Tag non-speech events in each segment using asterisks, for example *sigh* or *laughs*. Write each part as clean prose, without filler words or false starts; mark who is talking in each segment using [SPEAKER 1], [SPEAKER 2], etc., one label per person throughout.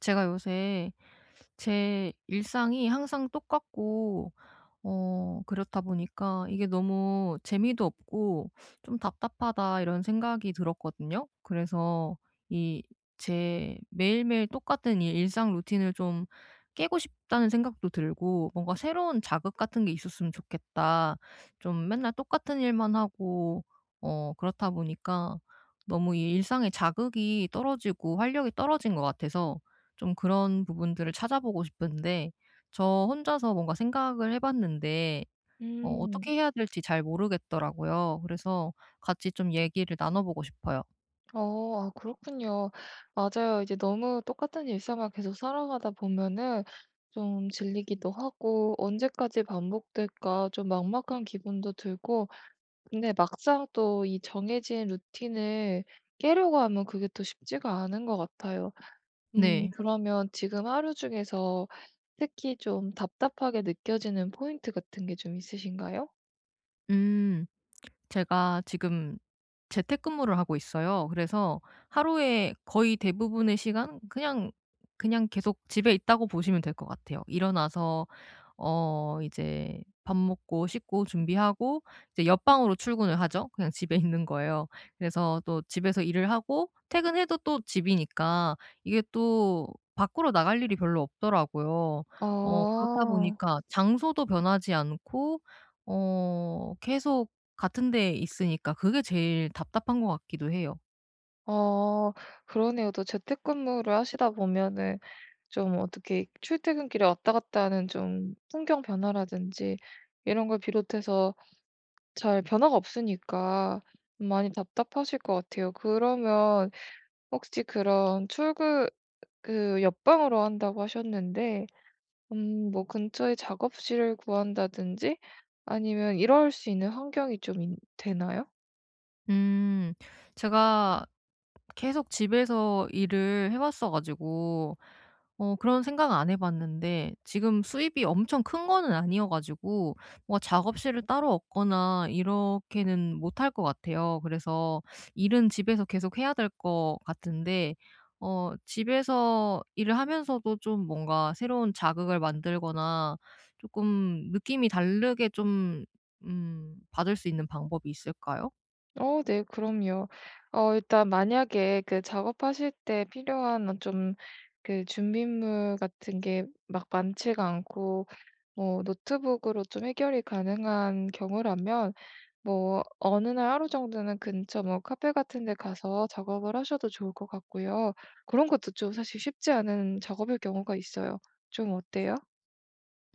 [SPEAKER 1] 제가 요새 제 일상이 항상 똑같고 그렇다 보니까 이게 너무 재미도 없고 좀 답답하다, 이런 생각이 들었거든요. 그래서 이 제 매일매일 똑같은 이 일상 루틴을 좀 깨고 싶다는 생각도 들고, 뭔가 '새로운 자극 같은 게 있었으면 좋겠다.' 좀 맨날 똑같은 일만 하고, 그렇다 보니까 너무 이 일상의 자극이 떨어지고 활력이 떨어진 것 같아서 좀 그런 부분들을 찾아보고 싶은데, 저 혼자서 뭔가 생각을 해 봤는데 어떻게
[SPEAKER 2] 음.
[SPEAKER 1] 해야 될지 잘 모르겠더라고요. 그래서 같이 좀 얘기를 나눠 보고 싶어요.
[SPEAKER 2] 어 아 그렇군요. 맞아요. 이제 너무 똑같은 일상을 계속 살아가다 보면은 좀 질리기도 하고 '언제까지 반복될까.' 좀 막막한 기분도 들고, 근데 막상 또 이 정해진 루틴을 깨려고 하면 그게 또 쉽지가 않은 것 같아요. 음,
[SPEAKER 1] 네.
[SPEAKER 2] 그러면 지금 하루 중에서 특히 좀 답답하게 느껴지는 포인트 같은 게 좀 있으신가요?
[SPEAKER 1] 음. 제가 지금 재택근무를 하고 있어요. 그래서 하루에 거의 대부분의 시간 그냥 계속 집에 있다고 보시면 될 것 같아요. 일어나서 이제 밥 먹고 씻고 준비하고 이제 옆방으로 출근을 하죠. 그냥 집에 *laughs* 있는 거예요. 그래서 또 집에서 일을 하고 퇴근해도 또 집이니까 이게 또 밖으로 나갈 일이 별로 없더라고요. 그렇다
[SPEAKER 2] 아.
[SPEAKER 1] 보니까 장소도 변하지 않고 계속 같은 데에 있으니까 그게 제일 답답한 것 같기도 해요.
[SPEAKER 2] 어 그러네요. 또 재택근무를 하시다 보면은 좀, 어떻게 출퇴근길에 왔다 갔다 하는 좀 풍경 변화라든지 이런 걸 비롯해서 잘 변화가 없으니까 많이 답답하실 것 같아요. 그러면 혹시 그런 출근, 그 옆방으로 한다고 하셨는데, 뭐 근처에 작업실을 구한다든지 아니면 이럴 수 있는 환경이 좀 있 되나요?
[SPEAKER 1] 음. 제가 계속 집에서 일을 해 왔어 가지고 그런 생각 안 해 봤는데, 지금 수입이 엄청 큰 거는 아니어 가지고 뭔가 작업실을 따로 얻거나 이렇게는 못할 것 같아요. 그래서 일은 집에서 계속 해야 될 것 같은데, 집에서 일을 하면서도 좀 뭔가 새로운 자극을 만들거나 조금 느낌이 다르게 좀 받을 수 있는 방법이 있을까요?
[SPEAKER 2] 어 네, 그럼요. 어 일단 만약에 그 작업하실 때 필요한 좀그 준비물 같은 게 막 많지가 않고 뭐 노트북으로 좀 해결이 가능한 경우라면, 뭐 어느 날 하루 정도는 근처 뭐 카페 같은 데 가서 작업을 하셔도 좋을 것 같고요. 그런 것도 좀 사실 쉽지 않은 작업일 경우가 있어요. 좀 어때요?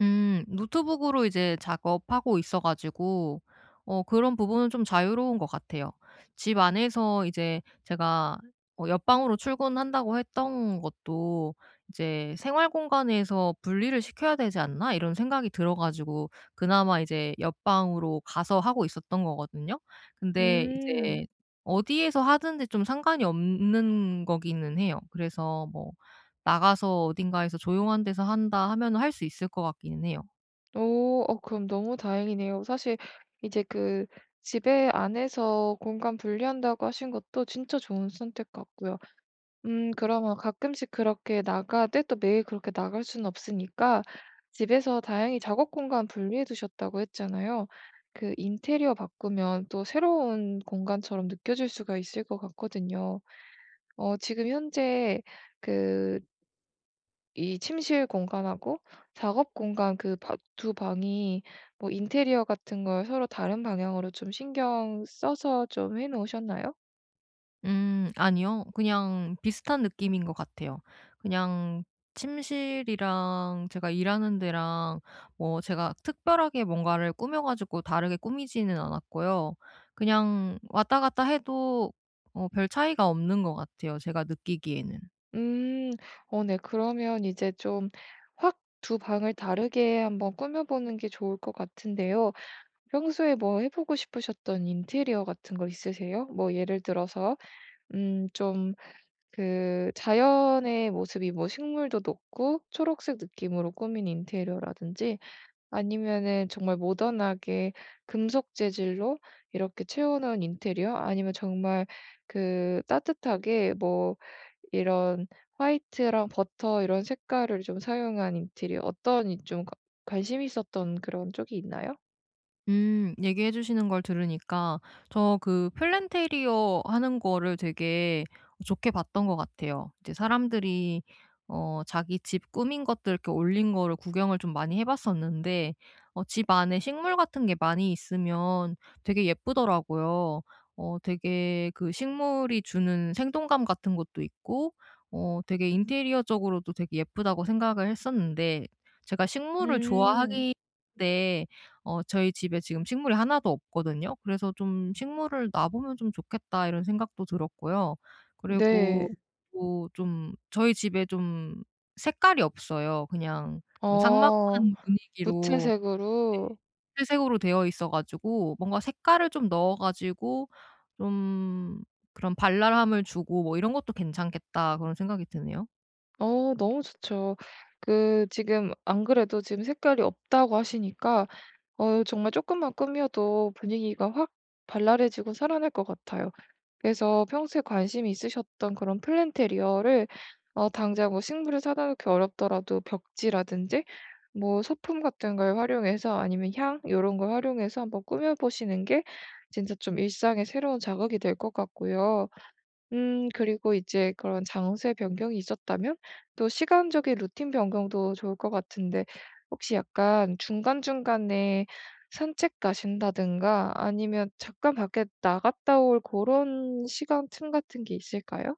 [SPEAKER 1] 음. 노트북으로 이제 작업하고 있어 가지고 그런 부분은 좀 자유로운 것 같아요. 집 안에서 이제 제가 옆방으로 출근한다고 했던 것도 이제 '생활 공간에서 분리를 시켜야 되지 않나?' 이런 생각이 들어 가지고 그나마 이제 옆방으로 가서 하고 있었던 거거든요. 근데
[SPEAKER 2] 음.
[SPEAKER 1] 이제 어디에서 하든지 좀 상관이 없는 거기는 해요. 그래서 뭐 나가서 어딘가에서 조용한 데서 한다 하면 할 수 있을 것 같기는 해요.
[SPEAKER 2] 오. 어 그럼 너무 다행이네요. 사실 이제 그 집에 안에서 공간 분리한다고 하신 것도 진짜 좋은 선택 같고요. 음, 그러면 가끔씩 그렇게 나가때또 매일 그렇게 나갈 수는 없으니까, 집에서 다행히 작업 공간 분리해 두셨다고 했잖아요. 그 인테리어 바꾸면 또 새로운 공간처럼 느껴질 수가 있을 것 같거든요. 어, 지금 현재 그 이 침실 공간하고 작업 공간, 그 두 방이 뭐 인테리어 같은 걸 서로 다른 방향으로 좀 신경 써서 좀 해 놓으셨나요?
[SPEAKER 1] 아니요. 그냥 비슷한 느낌인 것 같아요. 그냥 침실이랑 제가 일하는 데랑 뭐 제가 특별하게 뭔가를 꾸며 가지고 다르게 꾸미지는 않았고요. 그냥 왔다 갔다 해도 별 차이가 없는 것 같아요, 제가 느끼기에는.
[SPEAKER 2] 음. 어 네. 그러면 이제 좀 확 두 방을 다르게 한번 꾸며 보는 게 좋을 것 같은데요. 평소에 뭐 해 보고 싶으셨던 인테리어 같은 거 있으세요? 뭐 예를 들어서 좀 그 자연의 모습이, 뭐 식물도 높고 초록색 느낌으로 꾸민 인테리어라든지, 아니면은 정말 모던하게 금속 재질로 이렇게 채워 놓은 인테리어, 아니면 정말 그 따뜻하게 뭐 이런 화이트랑 버터 이런 색깔을 좀 사용한 인테리어, 어떤 이 좀 관 관심이 있었던 그런 쪽이 있나요?
[SPEAKER 1] 얘기해 주시는 걸 들으니까 저 그 플랜테리어 하는 거를 되게 좋게 봤던 것 같아요. 이제 사람들이 자기 집 꾸민 것들 이렇게 올린 거를 구경을 좀 많이 해 봤었는데, 집 안에 식물 같은 게 많이 있으면 되게 예쁘더라고요. 되게 그 식물이 주는 생동감 같은 것도 있고, 되게 인테리어적으로도 되게 예쁘다고 생각을 했었는데, 제가 식물을
[SPEAKER 2] 음.
[SPEAKER 1] 좋아하긴 한데, 저희 집에 지금 식물이 하나도 없거든요. 그래서 좀 '식물을 놔 보면 좀 좋겠다.' 이런 생각도 들었고요. 그리고
[SPEAKER 2] 네.
[SPEAKER 1] 또 좀 저희 집에 좀 색깔이 없어요. 그냥 좀 삭막한
[SPEAKER 2] 어.
[SPEAKER 1] 분위기로,
[SPEAKER 2] 무채색으로.
[SPEAKER 1] 회색으로 되어 있어 가지고 뭔가 색깔을 좀 넣어 가지고 좀 그런 '발랄함을 주고 뭐 이런 것도 괜찮겠다.' 그런 생각이 드네요.
[SPEAKER 2] 어 너무 좋죠. 그 지금 안 그래도 지금 색깔이 없다고 하시니까, 어 정말 조금만 꾸며도 분위기가 확 발랄해지고 살아날 것 같아요. 그래서 평소에 관심이 있으셨던 그런 플랜테리어를, 어 당장 뭐 식물을 사다 놓기 어렵더라도 벽지라든지 뭐 소품 같은 걸 활용해서, 아니면 향 이런 걸 활용해서 한번 꾸며 보시는 게 진짜 좀 일상의 새로운 자극이 될 것 같고요. 음, 그리고 이제 그런 장소의 변경이 있었다면 또 시간적인 루틴 변경도 좋을 것 같은데, 혹시 약간 중간중간에 산책 가신다든가 아니면 잠깐 밖에 나갔다 올 그런 시간 틈 같은 게 있을까요?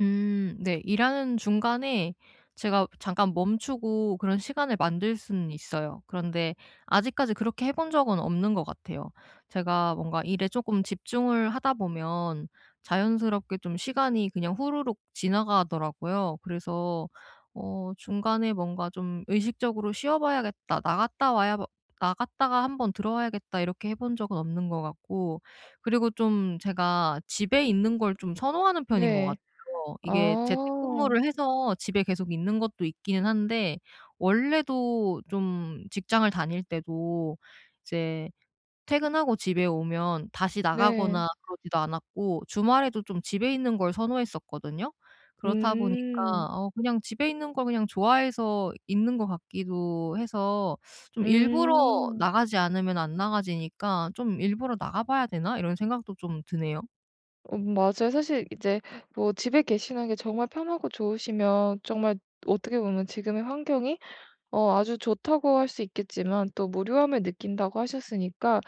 [SPEAKER 1] 네. 일하는 중간에 제가 잠깐 멈추고 그런 시간을 만들 수는 있어요. 그런데 아직까지 그렇게 해본 적은 없는 것 같아요. 제가 뭔가 일에 조금 집중을 하다 보면 자연스럽게 좀 시간이 그냥 후루룩 지나가더라고요. 그래서 중간에 뭔가 좀 '의식적으로 쉬어 봐야겠다. 나갔다 와야 나갔다가 한번 들어와야겠다.' 이렇게 해본 적은 없는 것 같고, 그리고 좀 제가 집에 있는 걸 좀 선호하는 편인 것
[SPEAKER 2] 네.
[SPEAKER 1] 같아요. 이게
[SPEAKER 2] 아.
[SPEAKER 1] 재택근무를 해서 집에 계속 있는 것도 있기는 한데, 원래도 좀 직장을 다닐 때도 이제 퇴근하고 집에 오면 다시
[SPEAKER 2] 네.
[SPEAKER 1] 나가거나 그러지도 않았고, 주말에도 좀 집에 있는 걸 선호했었거든요. 그렇다 보니까
[SPEAKER 2] 음.
[SPEAKER 1] 그냥 집에 있는 걸 그냥 좋아해서 있는 것 같기도 해서, 좀 일부러
[SPEAKER 2] 음.
[SPEAKER 1] 나가지 않으면 안 나가지니까 '좀 일부러 나가 봐야 되나?' 이런 생각도 좀 드네요.
[SPEAKER 2] 맞아요. 사실 이제 뭐 집에 계시는 게 정말 편하고 좋으시면, 정말 어떻게 보면 지금의 환경이 어 아주 좋다고 할 수 있겠지만, 또 무료함을 느낀다고 하셨으니까.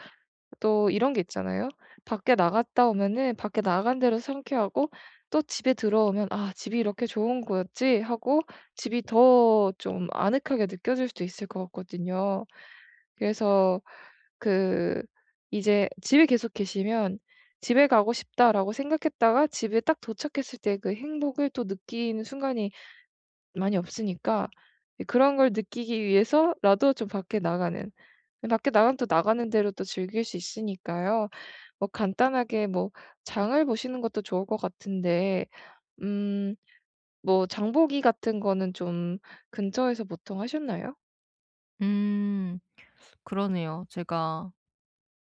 [SPEAKER 2] 또 이런 게 있잖아요. 밖에 나갔다 오면은 밖에 나간 대로 상쾌하고, 또 집에 들어오면 '아 집이 이렇게 좋은 거였지.' 하고 집이 더 좀 아늑하게 느껴질 수도 있을 것 같거든요. 그래서 그 이제 집에 계속 계시면 '집에 가고 싶다.'라고 생각했다가 집에 딱 도착했을 때 그 행복을 또 느끼는 순간이 많이 없으니까, 예 그런 걸 느끼기 위해서라도 좀 밖에 나가는, 밖에 나가면 또 나가는 대로 또 즐길 수 있으니까요. 뭐 간단하게 뭐 장을 보시는 것도 좋을 것 같은데, 음 뭐 장보기 같은 거는 좀 근처에서 보통 하셨나요?
[SPEAKER 1] 음. 그러네요. 제가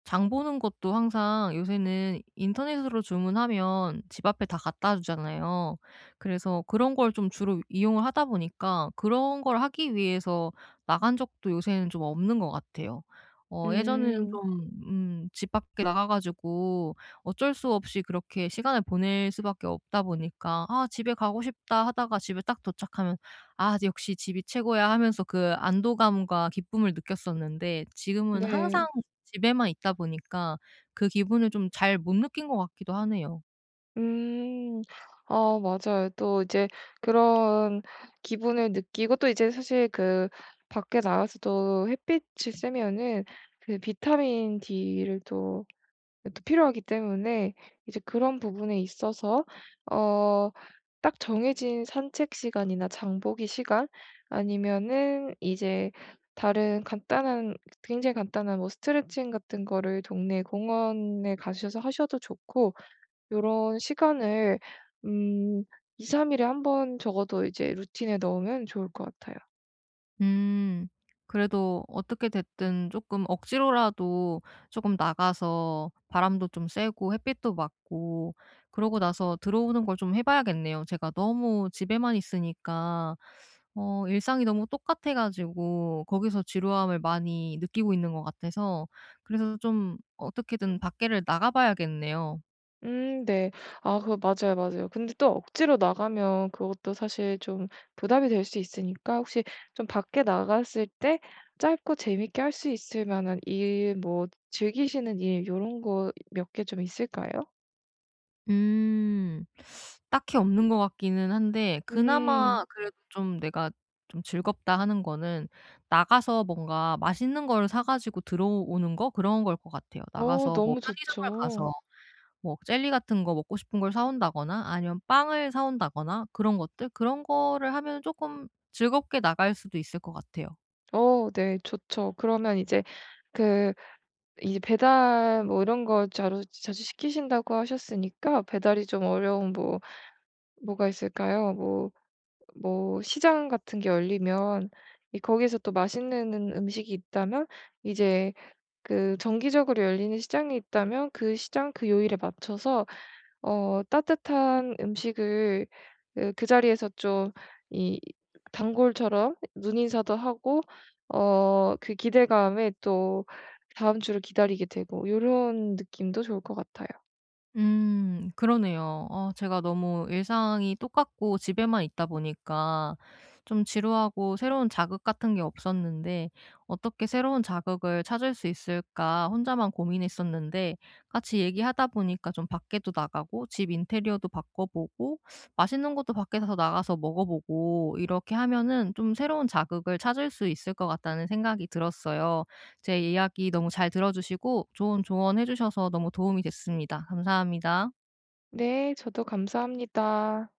[SPEAKER 1] 장 보는 것도 항상 요새는 인터넷으로 주문하면 집 앞에 다 갖다 주잖아요. 그래서 그런 걸 좀 주로 이용을 하다 보니까 그런 걸 하기 위해서 나간 적도 요새는 좀 없는 것 같아요. 예전에는
[SPEAKER 2] 음.
[SPEAKER 1] 좀 집 밖에 나가 가지고 어쩔 수 없이 그렇게 시간을 보낼 수밖에 없다 보니까 '아 집에 가고 싶다.' 하다가 집에 딱 도착하면 '아 역시 집이 최고야.' 하면서 그 안도감과 기쁨을 느꼈었는데, 지금은
[SPEAKER 2] 네.
[SPEAKER 1] 항상 집에만 있다 보니까 그 기분을 좀 잘 못 느낀 것 같기도 하네요.
[SPEAKER 2] 음. 어 맞아요. 또 이제 그런 기분을 느끼고, 또 이제 사실 그 밖에 나가서도 햇빛이 쐬면은 그 비타민 D를 또 필요하기 때문에, 이제 그런 부분에 있어서 어 딱 정해진 산책 시간이나 장보기 시간, 아니면은 이제 다른 간단한, 굉장히 간단한 뭐 스트레칭 같은 거를 동네 공원에 가셔서 하셔도 좋고, 요런 시간을 음 2~3 일에 한 번 적어도 이제 루틴에 넣으면 좋을 것 같아요.
[SPEAKER 1] 음. 그래도 어떻게 됐든 조금 억지로라도 조금 나가서 바람도 좀 쐬고 햇빛도 맞고 그러고 나서 들어오는 걸 좀 해 봐야겠네요. 제가 너무 집에만 있으니까 일상이 너무 똑같아 가지고 거기서 지루함을 많이 느끼고 있는 것 같아서, 그래서 좀 어떻게든 밖에를 나가 봐야겠네요.
[SPEAKER 2] 네. 아 그거 맞아요, 맞아요. 근데 또 억지로 나가면 그것도 사실 좀 부담이 될 수 있으니까, 혹시 좀 밖에 나갔을 때 짧고 재밌게 할 수 있을 만한 일, 뭐 즐기시는 일, 요런 거 몇 개 좀 있을까요?
[SPEAKER 1] 음. 딱히 없는 것 같기는 한데, 그나마
[SPEAKER 2] 음.
[SPEAKER 1] 그래도 좀 내가 좀 즐겁다 하는 거는 나가서 뭔가 맛있는 걸 사 가지고 들어오는 거, 그런 거일 것 같아요.
[SPEAKER 2] 어
[SPEAKER 1] 나가서 뭐
[SPEAKER 2] 너무
[SPEAKER 1] 편의점을
[SPEAKER 2] 좋죠.
[SPEAKER 1] 가서 뭐 젤리 같은 거 먹고 싶은 걸 사 온다거나 아니면 빵을 사 온다거나 그런 것들, 그런 거를 하면은 쪼끔 즐겁게 나갈 수도 있을 것 같아요.
[SPEAKER 2] 어 네 좋죠. 그러면 이제 그 이제 배달 뭐 이런 거 자주 자주 시키신다고 하셨으니까, 배달이 좀 어려운 뭐 뭐가 있을까요? 뭐 시장 같은 게 열리면 이 거기서 또 맛있는 음식이 있다면, 이제 그 정기적으로 열리는 시장이 있다면 그 시장 그 요일에 맞춰서 어 따뜻한 음식을 그 자리에서 좀 이 단골처럼 눈인사도 하고, 어 그 기대감에 또 다음 주를 기다리게 되고, 요런 느낌도 좋을 것 같아요.
[SPEAKER 1] 그러네요. 제가 너무 일상이 똑같고 집에만 있다 보니까 좀 지루하고 새로운 자극 같은 게 없었는데, '어떻게 새로운 자극을 찾을 수 있을까?' 혼자만 고민했었는데, 같이 얘기하다 보니까 좀 밖에도 나가고 집 인테리어도 바꿔 보고 맛있는 것도 밖에서 나가서 먹어 보고 이렇게 하면은 좀 새로운 자극을 찾을 수 있을 것 같다는 생각이 들었어요. 제 이야기 너무 잘 들어주시고 좋은 조언해 주셔서 너무 도움이 됐습니다. 감사합니다.
[SPEAKER 2] 네, 저도 감사합니다.